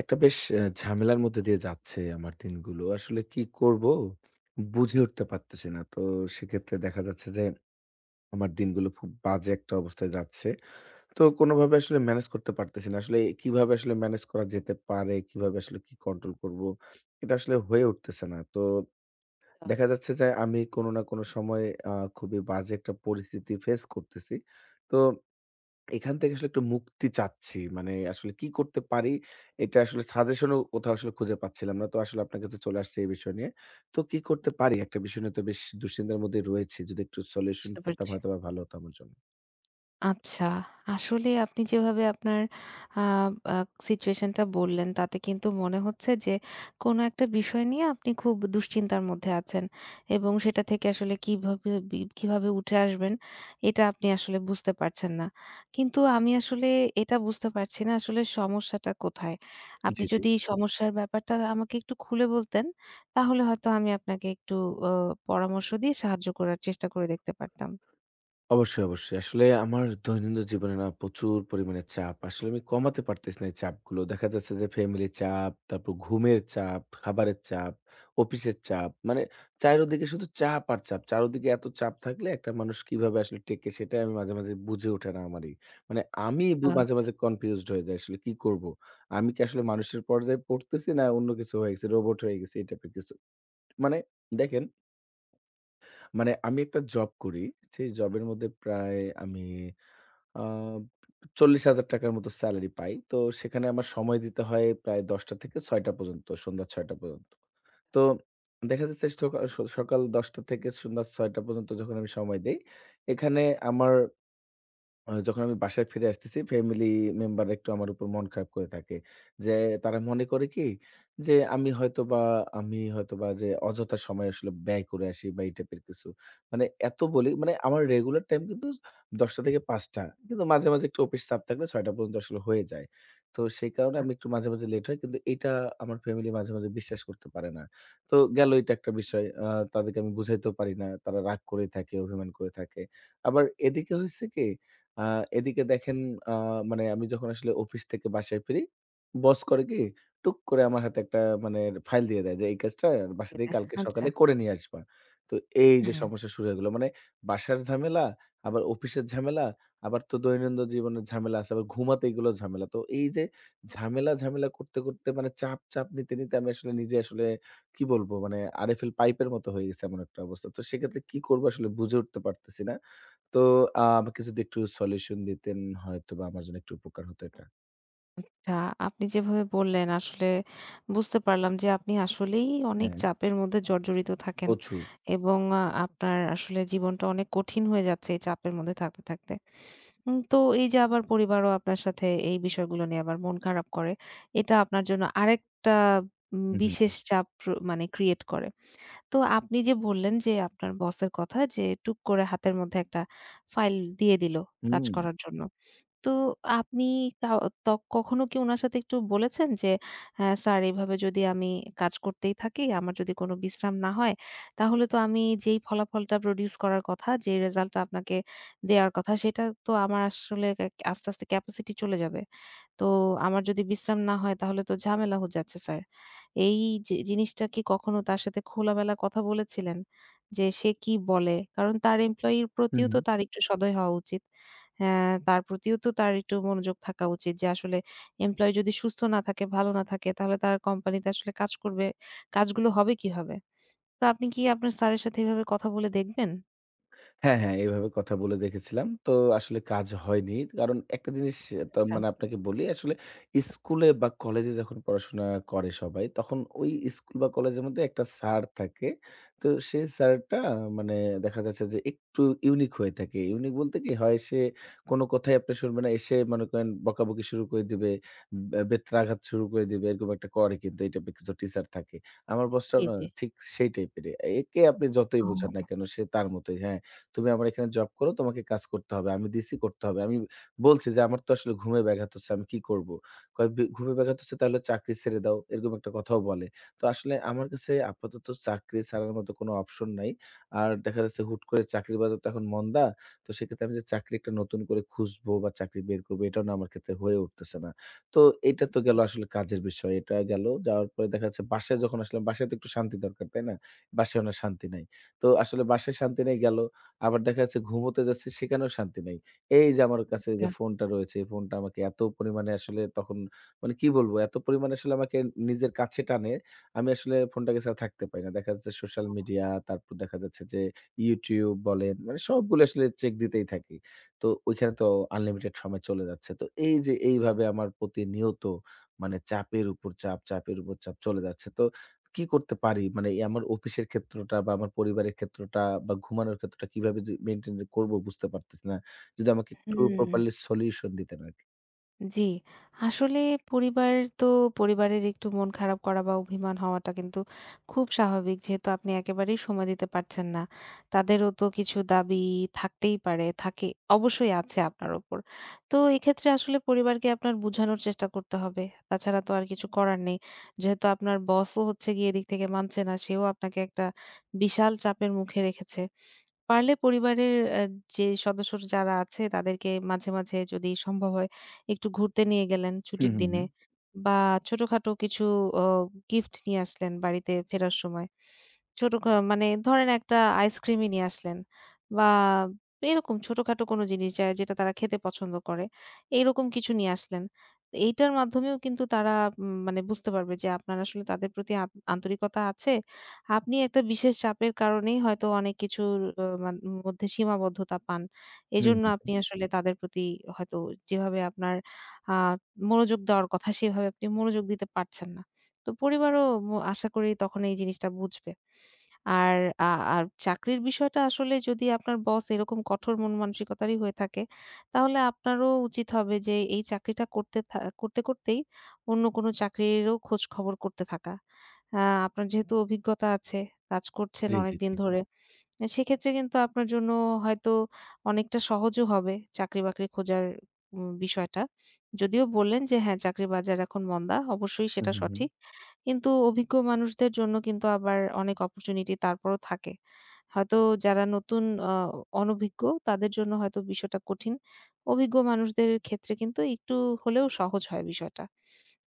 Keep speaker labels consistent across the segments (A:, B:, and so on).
A: একটা বেশ ঝামেলার মধ্যে দিয়ে যাচ্ছে আমার দিনগুলো। আসলে কি করব বুঝে উঠতে পারতেছি না। তো সেক্ষেত্রে দেখা যাচ্ছে যে আমার দিনগুলো খুব বাজে একটা অবস্থায় যাচ্ছে। তো কোনভাবে আসলে ম্যানেজ করতে পারতেছি না। আসলে কিভাবে আসলে ম্যানেজ করা যেতে পারে? কিভাবে আসলে কি কন্ট্রোল করব? এটা আসলে হয়ে উঠতেছে না। তো
B: আ
A: দেখা যাচ্ছে যে আমি কোন না কোন সময় খুবই বাজে একটা পরিস্থিতি ফেস করতেছি। তো এখান থেকে আসলে একটু মুক্তি চাচ্ছি। মানে আসলে কি করতে পারি? এটা আসলে সাজেশন ও কোথাও আসলে খুঁজে পাচ্ছিলাম না। তো আসলে আপনার কাছে চলে আসছি এই বিষয় নিয়ে। তো কি করতে পারি? একটা বিষয় নিয়ে তো বেশ দুশ্চিন্তার মধ্যে রয়েছি। যদি একটু সলিউশন
B: বুঝতে
A: পেতাম
B: পারছি।
A: হয়তোবা ভালো হতো আমার জন্য।
B: আচ্ছা, আসলে আপনি যেভাবে আপনার আ আ সিচুয়েশনটা বললেন তাতে কিন্তু মনে হচ্ছে যে কোনো একটা বিষয় নিয়ে আপনি খুব দুশ্চিন্তার মধ্যে আছেন এবং সেটা থেকে আসলে কিভাবে কিভাবে উঠে আসবেন এটা আপনি আসলে বুঝতে পারছেন না। কিন্তু আমি আসলে এটা বুঝতে পারছি না আসলে সমস্যাটা কোথায়? আপনি
A: জি, জি।
B: যদি এই সমস্যার ব্যাপারটা আমাকে একটু খুলে বলতেন তাহলে হয়তো আমি আপনাকে একটু অ পরামর্শ দিয়ে সাহায্য করার চেষ্টা করে দেখতে পারতাম।
A: অবশ্যই, অবশ্যই। আসলে আমার দৈনন্দিন জীবনে না প্রচুর পরিমাণে চাপ। আসলে আমি কমাতে পারতেছি না এই চাপগুলো। দেখা যাচ্ছে যে ফ্যামিলির চাপ, তারপর ঘুমের চাপ, খাবারের চাপ, অফিসের চাপ। মানে চারিদিকে শুধু চাপ আর চাপ। চারদিকে এত চাপ থাকলে একটা মানুষ কিভাবে আসলে টেকে সেটাই আমি মাঝে, মাঝে বুঝে ওঠে না আমারই। মানে আমি
B: আ
A: মাঝে, মাঝে কনফিউজড হয়ে যাই আসলে কি করব? আমি কি আসলে মানুষের পর্যায়ে পড়তেছি না অন্য কিছু হয়ে গেছি, রোবট হয়ে গেছি এই টাইপের কিছু। মানে দেখেন, মানে আমি একটা জব করি। সেই জবের মধ্যে প্রায় আমি আ ৳৪০,০০০ মতো সেলারি পাই। তো সেখানে আমার সময় দিতে হয় প্রায় ১০ঃ০০ থেকে ৬ঃ০০ পর্যন্ত, সন্ধ্যা ৬ঃ০০ পর্যন্ত। তো দেখা যাচ্ছে সকাল ১০ঃ০০ থেকে সন্ধ্যা ৬ঃ০০ পর্যন্ত যখন আমি সময় দেই, এখানে আমার যখন আমি বাসায় ফিরে আসতেছি, ফ্যামিলি মেম্বার একটু আমার উপর মন খারাপ করে থাকে। যে তারা মনে করে কি? যে আমি হয়তোবা যে অযথা সময় আসলে ব্যয় করে আসি বা এই টাইপের কিছু। মানে এত বলি মানে আমার রেগুলার টাইম কিন্তু ১০টা থেকে ৫টা। কিন্তু মাঝে, মাঝে একটু অফিস চাপ থাকলে ৬টা পর্যন্ত আসলে হয়ে যায়। তো সেই কারণে আমি একটু মাঝে, মাঝে লেট হয়। কিন্তু এটা আমার ফ্যামিলি মাঝে, মাঝে বিশ্বাস করতে পারে না। তো গেল এটা একটা বিষয়। তাদেরকে আমি বুঝাইতেও পারি না। তারা রাগ করেই থাকে, অভিমান করে থাকে। আবার এদিকে হইছে কি আ এদিকে দেখেন আ মানে আমি যখন আসলে অফিস থেকে বাসায় ফিরি, বস করে কি? টুক করে আমার হাতে একটা মানে ফাইল দিয়ে দেয় যে, "এই কাজটা বাসা
B: দিয়ে
A: থেকে
B: দেয়।
A: কালকে
B: আচ্ছা,
A: সকালে করে নিয়ে আসবা।" তো এই যে
B: হুম।
A: সমস্যা শুরু হয়ে গেল। মানে বাসার ঝামেলা, আবার অফিসের ঝামেলা, আবার তো দৈনন্দিন জীবনের ঝামেলা আছে, আবার ঘুমাতে এগুলো ঝামেলা। তো এই যে ঝামেলা, ঝামেলা করতে, করতে মানে চাপ, চাপ নিতে, নিতে আমি আসলে নিজে আসলে কি বলবো? মানে আরএফএল পাইপের মতো হয়ে গেছে এমন একটা অবস্থা। তো সেক্ষেত্রে কি করবো আসলে বুঝে উঠতে পারতেছি না। তো আমাকে যদি একটু সলিউশন দিতেন হয়তোবা আমার জন্য একটু উপকার হতো এটা।
B: আচ্ছা, আপনি যেভাবে বললেন আসলে বুঝতে পারলাম যে আপনি আসলেই অনেক
A: হ্যাঁ।
B: চাপের মধ্যে জর্জরিত থাকেন
A: প্রচুর।
B: এবং আপনার আসলে জীবনটা অনেক কঠিন হয়ে যাচ্ছে এই চাপের মধ্যে থাকতে, থাকতে। তো এই যে আবার পরিবারও আপনার সাথে এই বিষয়গুলো নিয়ে আবার মন খারাপ করে, এটা আপনার জন্য আরেকটা
A: হু, হু।
B: বিশেষ চাপ মানে ক্রিয়েট করে। তো আপনি যে বললেন যে আপনার বসের কথা যে টুক করে হাতের মধ্যে একটা ফাইল দিয়ে দিল কাজ
A: হুম।
B: করার জন্য। তো আপনি তাও ত কখনো কি উনার সাথে একটু বলেছেন যে, হ্যাঁ, স্যার এভাবে যদি আমি কাজ করতেই থাকি, আমার যদি কোনো বিশ্রাম না হয়, তাহলে তো আমি যেই ফলাফলটা প্রডিউস করার কথা, যে রেজাল্টটা আপনাকে দেওয়ার কথা, সেটা তো আমার আসলে আস্তে, আস্তে ক্যাপাসিটি চলে যাবে। তো আমার যদি বিশ্রাম না হয় তাহলে তো ঝামেলা হয়ে যাচ্ছে স্যার। এই যে জিনিসটা কি কখনো তার সাথে খোলামেলা কথা বলেছিলেন? যে সে কি বলে? কারণ তার এমপ্লয়ির
A: হু,
B: প্রতিও
A: হু।
B: তো তার একটু সদয় হওয়া উচিত। হ্যাঁ, তার প্রতিও তো তার একটু মনোযোগ থাকা উচিত যে আসলে এমপ্লয়ি যদি সুস্থ না থাকে, ভালো না থাকে তাহলে তার কোম্পানিতে আসলে কাজ করবে, কাজগুলো হবে কিভাবে? তো আপনি কি আপনার স্যারের সাথে এভাবে কথা বলে দেখবেন?
A: হ্যাঁ, হ্যাঁ, এভাবে কথা বলে দেখেছিলাম। তো আসলে কাজ হয়নি। কারণ একটা জিনিস তো
B: আচ্ছা।
A: মানে আপনাকে বলি আসলে স্কুলে বা কলেজে যখন পড়াশোনা করে সবাই তখন ওই স্কুল বা কলেজের মধ্যে একটা স্যার থাকে। তো সেই স্যারটা মানে দেখা যাচ্ছে যে একটু ইউনিক হয়ে থাকে। ইউনিক বলতে কি হয় সে কোনো কথাই আপনি শুনবে না। এসে মনে করেন বকাবকি শুরু করে দিবে, বেত্রাঘাত শুরু করে দিবে এরকম একটা করে কিন্তু এই টাইপের কিছু টিচার থাকে। আমার বসটাও
B: জি,
A: না
B: জি।
A: ঠিক সেই টাইপেরই। একে আপনি যতই বোঝান না
B: ও
A: কেন সে তার মতোই হ্যাঁ। তুমি আমার এখানে জব করো, তোমাকে কাজ করতে হবে। আমি দিছি করতে হবে। আমি বলছি যে, "আমার তো আসলে ঘুমে ব্যাঘাত হচ্ছে। আমি কি করব?" কয়, ঘুমে ব্যাঘাত হচ্ছে তাহলে চাকরি ছেড়ে দাও।" এরকম একটা কথাও বলে। তো আসলে আমার কাছে আপাতত চাকরি ছাড়ার মতো কোনো অপশন নাই। আর দেখা যাচ্ছে হুট করে চাকরির বাজার তো এখন মন্দা। তো সেক্ষেত্রে আমি যে চাকরি একটা নতুন করে খুঁজবো বা চাকরি বের করবো এটাও না আমার ক্ষেত্রে হয়ে উঠতেছে না। তো এটা তো গেল আসলে কাজের বিষয়। এটা গেল। যাওয়ার পরে দেখা যাচ্ছে বাসায় যখন আসলাম, বাসায় তো একটু শান্তি দরকার, তাই না? বাসায়ও না শান্তি নাই। তো আসলে বাসায় শান্তি নেই গেল। আবার দেখা যাচ্ছে ঘুমোতে যাচ্ছি সেখানেও শান্তি নাই। এই যে আমার কাছে যে
B: আচ্ছা।
A: ফোনটা রয়েছে, এই ফোনটা আমাকে এত পরিমাণে আসলে তখন মানে কি বলবো? এত পরিমাণে আসলে আমাকে নিজের কাছে টানে, আমি আসলে ফোনটাকে ছাড়া থাকতে পারি না। দেখা যাচ্ছে সোশ্যাল মিডিয়া, তারপর দেখা যাচ্ছে যে YouTube বলেন, মানে সবগুলো আসলে চেক দিতেই থাকি। তো ওইখানে তো আনলিমিটেড সময় চলে যাচ্ছে। তো এই যে এইভাবে আমার প্রতিনিয়ত মানে চাপের উপর চাপ, চাপের উপর চাপ চলে যাচ্ছে। তো কি করতে পারি? মানে এই আমার অফিসের ক্ষেত্রটা বা আমার পরিবারের ক্ষেত্রটা বা ঘুমানোর ক্ষেত্রটা কিভাবে যে মেইনটেইন করব বুঝতে পারতেছি না। যদি আমাকে একটু
B: হুম।
A: প্রপারলি সলিউশন দিতেন আরকি।
B: জি, আসলে পরিবার তো পরিবারের একটু মন খারাপ করা বা অভিমান হওয়াটা কিন্তু খুব স্বাভাবিক। যেহেতু আপনি একেবারেই সময় দিতে পারছেন না। তাদেরও তো কিছু দাবি থাকতেই পারে, থাকে অবশ্যই আছে আপনার উপর। তো এক্ষেত্রে আসলে পরিবারকে আপনার বুঝানোর চেষ্টা করতে হবে। তাছাড়া তো আর কিছু করার নেই। যেহেতু আপনার বসও হচ্ছে গিয়ে এদিক থেকে মানছে না, সেও আপনাকে একটা বিশাল চাপের মুখে রেখেছে। পারলে পরিবারের যে সদস্য যারা আছে তাদেরকে মাঝে, মাঝে যদি সম্ভব হয় একটু ঘুরতে নিয়ে গেলেন
A: হুম,
B: ছুটির
A: হুম,
B: দিনে
A: হুম।
B: বা ছোটখাটো কিছু অ গিফট নিয়ে আসলেন বাড়িতে ফেরার সময়। ছোট খা মানে ধরেন একটা আইসক্রিমই নিয়ে আসলেন বা এরকম ছোটখাটো কোনো জিনিস যা যেটা তারা খেতে পছন্দ করে। এইরকম কিছু নিয়ে আসলেন। এইটার মাধ্যমেও কিন্তু তারা মানে বুঝতে পারবে যে আপনার আসলে তাদের প্রতি আন্তরিকতা আছে। আপনি একটা বিশেষ চাপের কারণেই হয়তো অনেক কিছুর অ মান মধ্যে সীমাবদ্ধতা পান।
A: হুম,
B: এজন্য
A: হুম।
B: আপনি আসলে তাদের প্রতি হয়তো যেভাবে আপনার আ মনোযোগ দেওয়ার কথা সেভাবে আপনি মনোযোগ দিতে পারছেন না। তো পরিবারও আশা করি তখন এই জিনিসটা বুঝবে। আর আ আর চাকরির বিষয়টা আসলে যদি আপনার বস এরকম কঠোর মন মানসিকতারই হয়ে থাকে, তাহলে আপনারও উচিত হবে যে এই চাকরিটা করতে করতেই অন্য কোনো চাকরিরও খোঁজ খবর করতে থাকা। আ আপনার যেহেতু অভিজ্ঞতা আছে, কাজ করছেন
A: জি, জি, জি।
B: অনেকদিন ধরে। সেক্ষেত্রে কিন্তু আপনার জন্য হয়তো অনেকটা সহজও হবে চাকরি-বাকরি খোঁজার বিষয়টা। যদিও বললেন যে হ্যাঁ, চাকরির বাজার এখন মন্দা। অবশ্যই
A: হুম,
B: সেটা
A: হুম, হুম।
B: সঠিক। কিন্তু অভিজ্ঞ মানুষদের জন্য কিন্তু আবার অনেক অপরচুনিটি তারপরও থাকে। হয়তো যারা নতুন আ অনভিজ্ঞ তাদের জন্য হয়তো বিষয়টা কঠিন। অভিজ্ঞ মানুষদের ক্ষেত্রে কিন্তু একটু হলেও সহজ হয় বিষয়টা।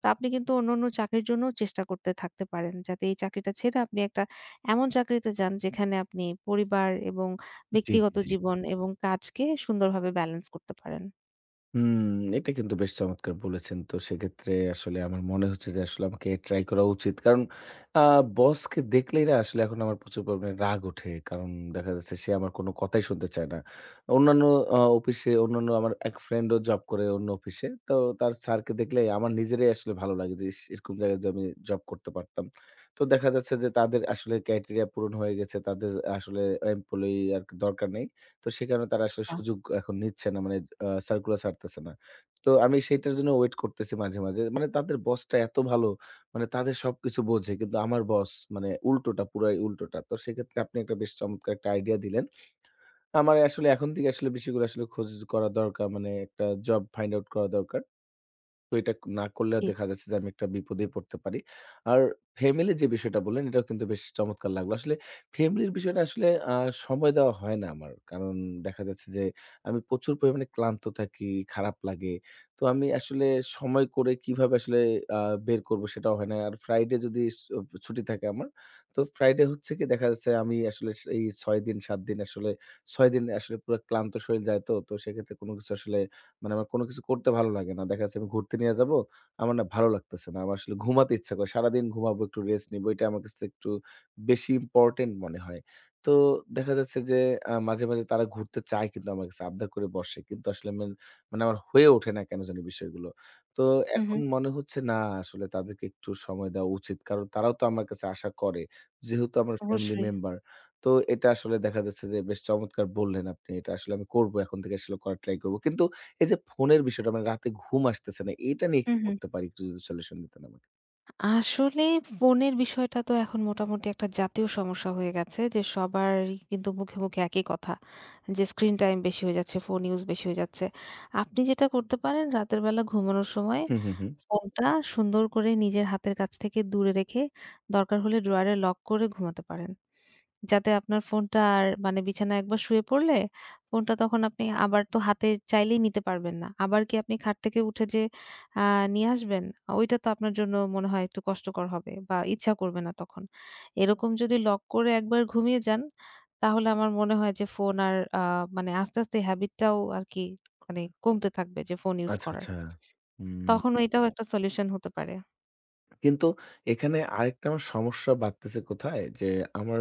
B: তো আপনি কিন্তু অন্যান্য চাকরির জন্যও চেষ্টা করতে থাকতে পারেন। যাতে এই চাকরিটা ছেড়ে আপনি একটা এমন চাকরিতে যান যেখানে আপনি পরিবার এবং
A: জি, জি,
B: ব্যক্তিগত
A: জি।
B: জীবন এবং কাজকে সুন্দরভাবে ব্যালেন্স করতে পারেন।
A: হুম, এটা কিন্তু বেশ চমৎকার বলেছেন। তো সেক্ষেত্রে আসলে আমার মনে হচ্ছে যে আসলে আমাকে ট্রাই করা উচিত। কারণ আ বসকে দেখলেই না আসলে এখন আমার প্রচুর পরিমাণে রাগ ওঠে। কারণ দেখা যাচ্ছে সে আমার কোনো কথাই শুনতে চায় না। অন্যান্য আ অফিসে অন্যান্য আমার এক ফ্রেন্ডও জব করে অন্য অফিসে। তো তার স্যারকে দেখলেই আমার নিজেরই আসলে ভালো লাগে যে, ইস! এরকম জায়গায় যদি আমি জব করতে পারতাম। তো দেখা যাচ্ছে যে তাদের আসলে ক্রাইটেরিয়া পূরণ হয়ে গেছে। তাদের আসলে এমপ্লয়ি আর দরকার নেই। তো সে কারণে তারা আসলে
B: বাহ!
A: সুযোগ এখন নিচ্ছে না। মানে সার্কুলার ছাড়তেছে না। তো আমি সেইটার জন্য ওয়েট করতেছি মাঝে, মাঝে। মানে তাদের বসটা এত ভালো, মানে তাদের সবকিছু বোঝে। কিন্তু আমার বস মানে উল্টোটা, পুরাই উল্টোটা। তো সেক্ষেত্রে আপনি একটা বেশ চমৎকার একটা আইডিয়া দিলেন। আমার আসলে এখন থেকে আসলে বিষয়গুলো আসলে খোঁজ করা দরকার। মানে একটা জব ফাইন্ড আউট করা দরকার। তো এটা না করলে
B: জি।
A: দেখা যাচ্ছে যে আমি একটা বিপদেই পড়তে পারি। আর ফ্যামিলির যে বিষয়টা বললেন, এটাও কিন্তু বেশ চমৎকার লাগলো। আসলে ফ্যামিলির বিষয়টা আসলে সময় দেওয়া হয় না আমার। কারণ দেখা যাচ্ছে যে আমি প্রচুর পরিমাণে ক্লান্ত থাকি, খারাপ লাগে। তো আমি আসলে সময় করে কিভাবে আসলে আ বের করব সেটাও হয় না। আর ফ্রাইডে যদি ছুটি থাকে আমার, তো ফ্রাইডে হচ্ছে কি দেখা যাচ্ছে আমি আসলে এই ৬ দিন ৭ দিন আসলে ৬ দিন আসলে পুরা ক্লান্ত শরীর যায় তো। তো সেক্ষেত্রে কোনো কিছু আসলে মানে আমার কোনো কিছু করতে ভালো লাগে না। দেখা যাচ্ছে আমি ঘুরতে নিয়ে যাবো, আমার না ভালো লাগতেছে না। আমার আসলে ঘুমাতে ইচ্ছা করে। সারাদিন ঘুমাবো, একটু রেস্ট নিবো। এটা আমার কাছে একটু বেশি ইম্পোর্টেন্ট মনে হয়। তো দেখা যাচ্ছে যে মাঝে, মাঝে তারা ঘুরতে চায় কিন্তু আমার কাছে আবদার করে বসে। কিন্তু আসলে মানে আমার হয়ে ওঠে না কেন জানি বিষয়গুলো। তো
B: হু, হু।
A: এখন মনে হচ্ছে না আসলে তাদেরকে একটু সময় দেওয়া উচিত। কারণ তারাও তো আমার কাছে আশা করে। যেহেতু আমার ফ্যামিলি
B: অবশ্যই।
A: মেম্বার। তো এটা আসলে দেখা যাচ্ছে যে বেশ চমৎকার বললেন আপনি। এটা আসলে আমি করবো। এখন থেকে আসলে করার ট্রাই করবো। কিন্তু এই যে ফোনের বিষয়টা মানে রাতে ঘুম আসতেছে না, এটা নিয়ে
B: হু,
A: কি
B: হু।
A: করতে পারি? একটু যদি সলিউশন দিতেন আমাকে।
B: আসলে ফোনের বিষয়টা তো এখন মোটামুটি একটা জাতীয় সমস্যা হয়ে গেছে যে সবারই কিন্তু মুখে মুখে একই কথা যে স্ক্রিন টাইম বেশি হয়ে যাচ্ছে ফোন ইউজ বেশি হয়ে যাচ্ছে আপনি যেটা করতে পারেন রাতের বেলা ঘুমানোর সময়
A: হুম, হুম, হুম।
B: ফোনটা সুন্দর করে নিজের হাতের কাছ থেকে দূরে রেখে দরকার হলে ড্রয়ারে লক করে ঘুমাতে পারেন যাতে আপনার ফোনটা আর মানে বিছানায় একবার শুয়ে পড়লে ফোনটা তখন আপনি আবার তো হাতে চাইলেই নিতে পারবেন না। আবার কি আপনি খাট থেকে উঠে যে আ নিয়ে আসবেন? ওইটা তো আপনার জন্য মনে হয় একটু কষ্টকর হবে বা ইচ্ছা করবে না তখন। এরকম যদি লক করে একবার ঘুমিয়ে যান, তাহলে আমার মনে হয় যে ফোন আর মানে আস্তে, আস্তে হ্যাবিট টাও আরকি মানে কমতে থাকবে যে ফোন ইউজ
A: আচ্ছা,
B: করার।
A: আচ্ছা।
B: তখন
A: হুম।
B: এটাও একটা সলিউশন হতে পারে।
A: কিন্তু এখানে আরেকটা আমার সমস্যা বাড়তেছে কোথায়? যে আমার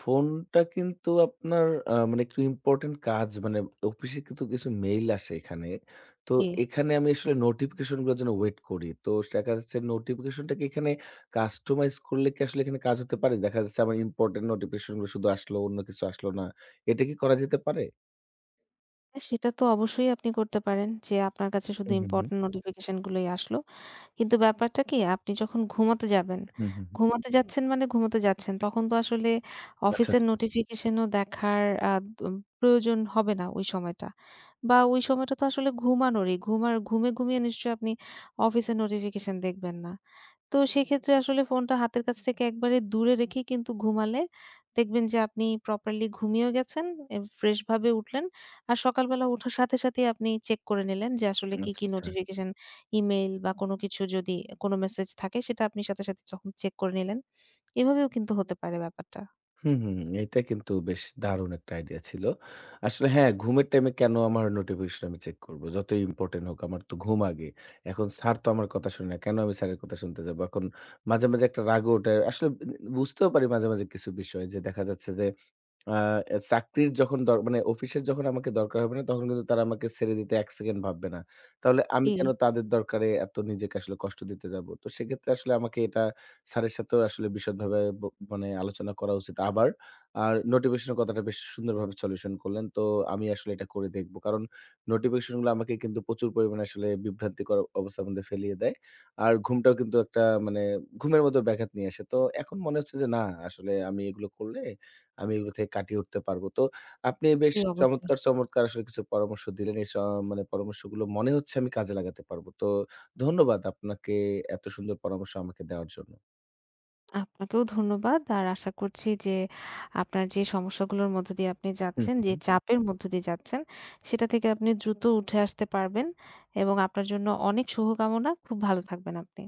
A: ফোনটা কিন্তু আপনার মানে একটু ইম্পোর্টেন্ট কাজ মানে অফিসে কিন্তু কিছু মেইল আসে এখানে। তো
B: জি।
A: এখানে আমি আসলে নোটিফিকেশন গুলোর জন্য ওয়েট করি। তো দেখা যাচ্ছে নোটিফিকেশনটা কি এখানে কাস্টমাইজ করলে কি আসলে এখানে কাজ হতে পারে? দেখা যাচ্ছে আমার ইম্পোর্টেন্ট নোটিফিকেশন গুলো শুধু আসলো, অন্য কিছু আসলো না। এটা কি করা যেতে পারে?
B: সেটা তো অবশ্যই আপনি করতে পারেন যে আপনার কাছে শুধু
A: হুম, হুম, হুম।
B: ইম্পোর্টেন্ট নোটিফিকেশন গুলোই আসলো। কিন্তু ব্যাপারটা কি আপনি যখন ঘুমাতে যাবেন,
A: হুম, হুম, হুম।
B: ঘুমাতে হুম। যাচ্ছেন মানে ঘুমাতে যাচ্ছেন। তখন তো আসলে
A: আচ্ছা,
B: অফিসের
A: আচ্ছা।
B: নোটিফিকেশনও দেখার উম প্রয়োজন হবে না ওই সময়টা। বা ওই সময়টা তো আসলে ঘুমানোরই। ঘুমে, ঘুমিয়ে নিশ্চয়ই আপনি অফিসের নোটিফিকেশন দেখবেন না। তো সেক্ষেত্রে আসলে ফোনটা হাতের কাছ থেকে একবারে দূরে রেখে কিন্তু ঘুমালে দেখবেন যে আপনি প্রপারলি ঘুমিয়েও গেছেন, এ ফ্রেশ ভাবে উঠলেন। আর সকালবেলা ওঠার সাথে সাথেই আপনি চেক করে নিলেন যে আসলে
A: উম
B: কি,
A: আচ্ছা,
B: কি
A: আচ্ছা।
B: নোটিফিকেশন, ইমেইল বা কোনো কিছু যদি কোনো মেসেজ থাকে সেটা আপনি সাথে, সাথে যখন চেক করে নিলেন। এভাবেও কিন্তু হতে পারে ব্যাপারটা।
A: হুম, হুম। এটা কিন্তু বেশ দারুণ একটা আইডিয়া ছিল। আসলে হ্যাঁ, ঘুমের টাইমে কেন আমার নোটিফিকেশন আমি চেক করব? যতই ইম্পোর্টেন্ট হোক, আমার তো ঘুম আগে। এখন স্যার তো আমার কথা শোনে না। কেন আমি স্যারের কথা শুনতে যাব? এখন মাঝে, মাঝে একটা রাগও ওঠে। আসলে বুঝতেও পারি মাঝে, মাঝে কিছু বিষয় যে দেখা যাচ্ছে যে আ এ চাকরির যখন দর মানে অফিসের যখন আমাকে দরকার হবে না, তখন কিন্তু তারা আমাকে ছেড়ে দিতে ১ সেকেন্ড ভাববে না। তাহলে আমি
B: জি,
A: কেন তাদের দরকারে এত নিজেকে আসলে কষ্ট দিতে যাবো? তো সেক্ষেত্রে আসলে আমাকে এটা স্যারের সাথেও আসলে বিশদভাবে মানে আলোচনা করা উচিত আবার। আর নোটিফিকেশন এর কথাটা বেশ সুন্দরভাবে সলিউশন করলেন। তো আমি আসলে এটা করে দেখব। কারণ নোটিফিকেশন গুলো আমাকে কিন্তু প্রচুর পরিমাণে আসলে বিভ্রান্তিকর অবস্থার মধ্যে ফেলিয়ে দেয়। আর ঘুমটাও কিন্তু একটা মানে ঘুমের মধ্যে ব্যাঘাত নিয়ে আসে। তো এখন মনে হচ্ছে যে না আসলে আমি এগুলো করলে আমি এগুলো থেকে কাটিয়ে উঠতে পারবো। তো আপনি বেশ
B: জি অবশ্যই।
A: চমৎকার, চমৎকার আসলে কিছু পরামর্শ দিলেন। এই স মানে পরামর্শগুলো মনে হচ্ছে আমি কাজে লাগাতে পারবো। তো ধন্যবাদ আপনাকে এত সুন্দর পরামর্শ আমাকে দেওয়ার জন্য।
B: আপনাকেও ধন্যবাদ। আর আশা করছি যে আপনার যে সমস্যাগুলোর মধ্য দিয়ে আপনি
A: হুম,
B: যাচ্ছেন,
A: হুম।
B: যে
A: হুম।
B: চাপের মধ্য দিয়ে যাচ্ছেন, সেটা থেকে আপনি দ্রুত উঠে আসতে পারবেন এবং আপনার জন্য অনেক শুভকামনা। খুব ভালো থাকবেন আপনি।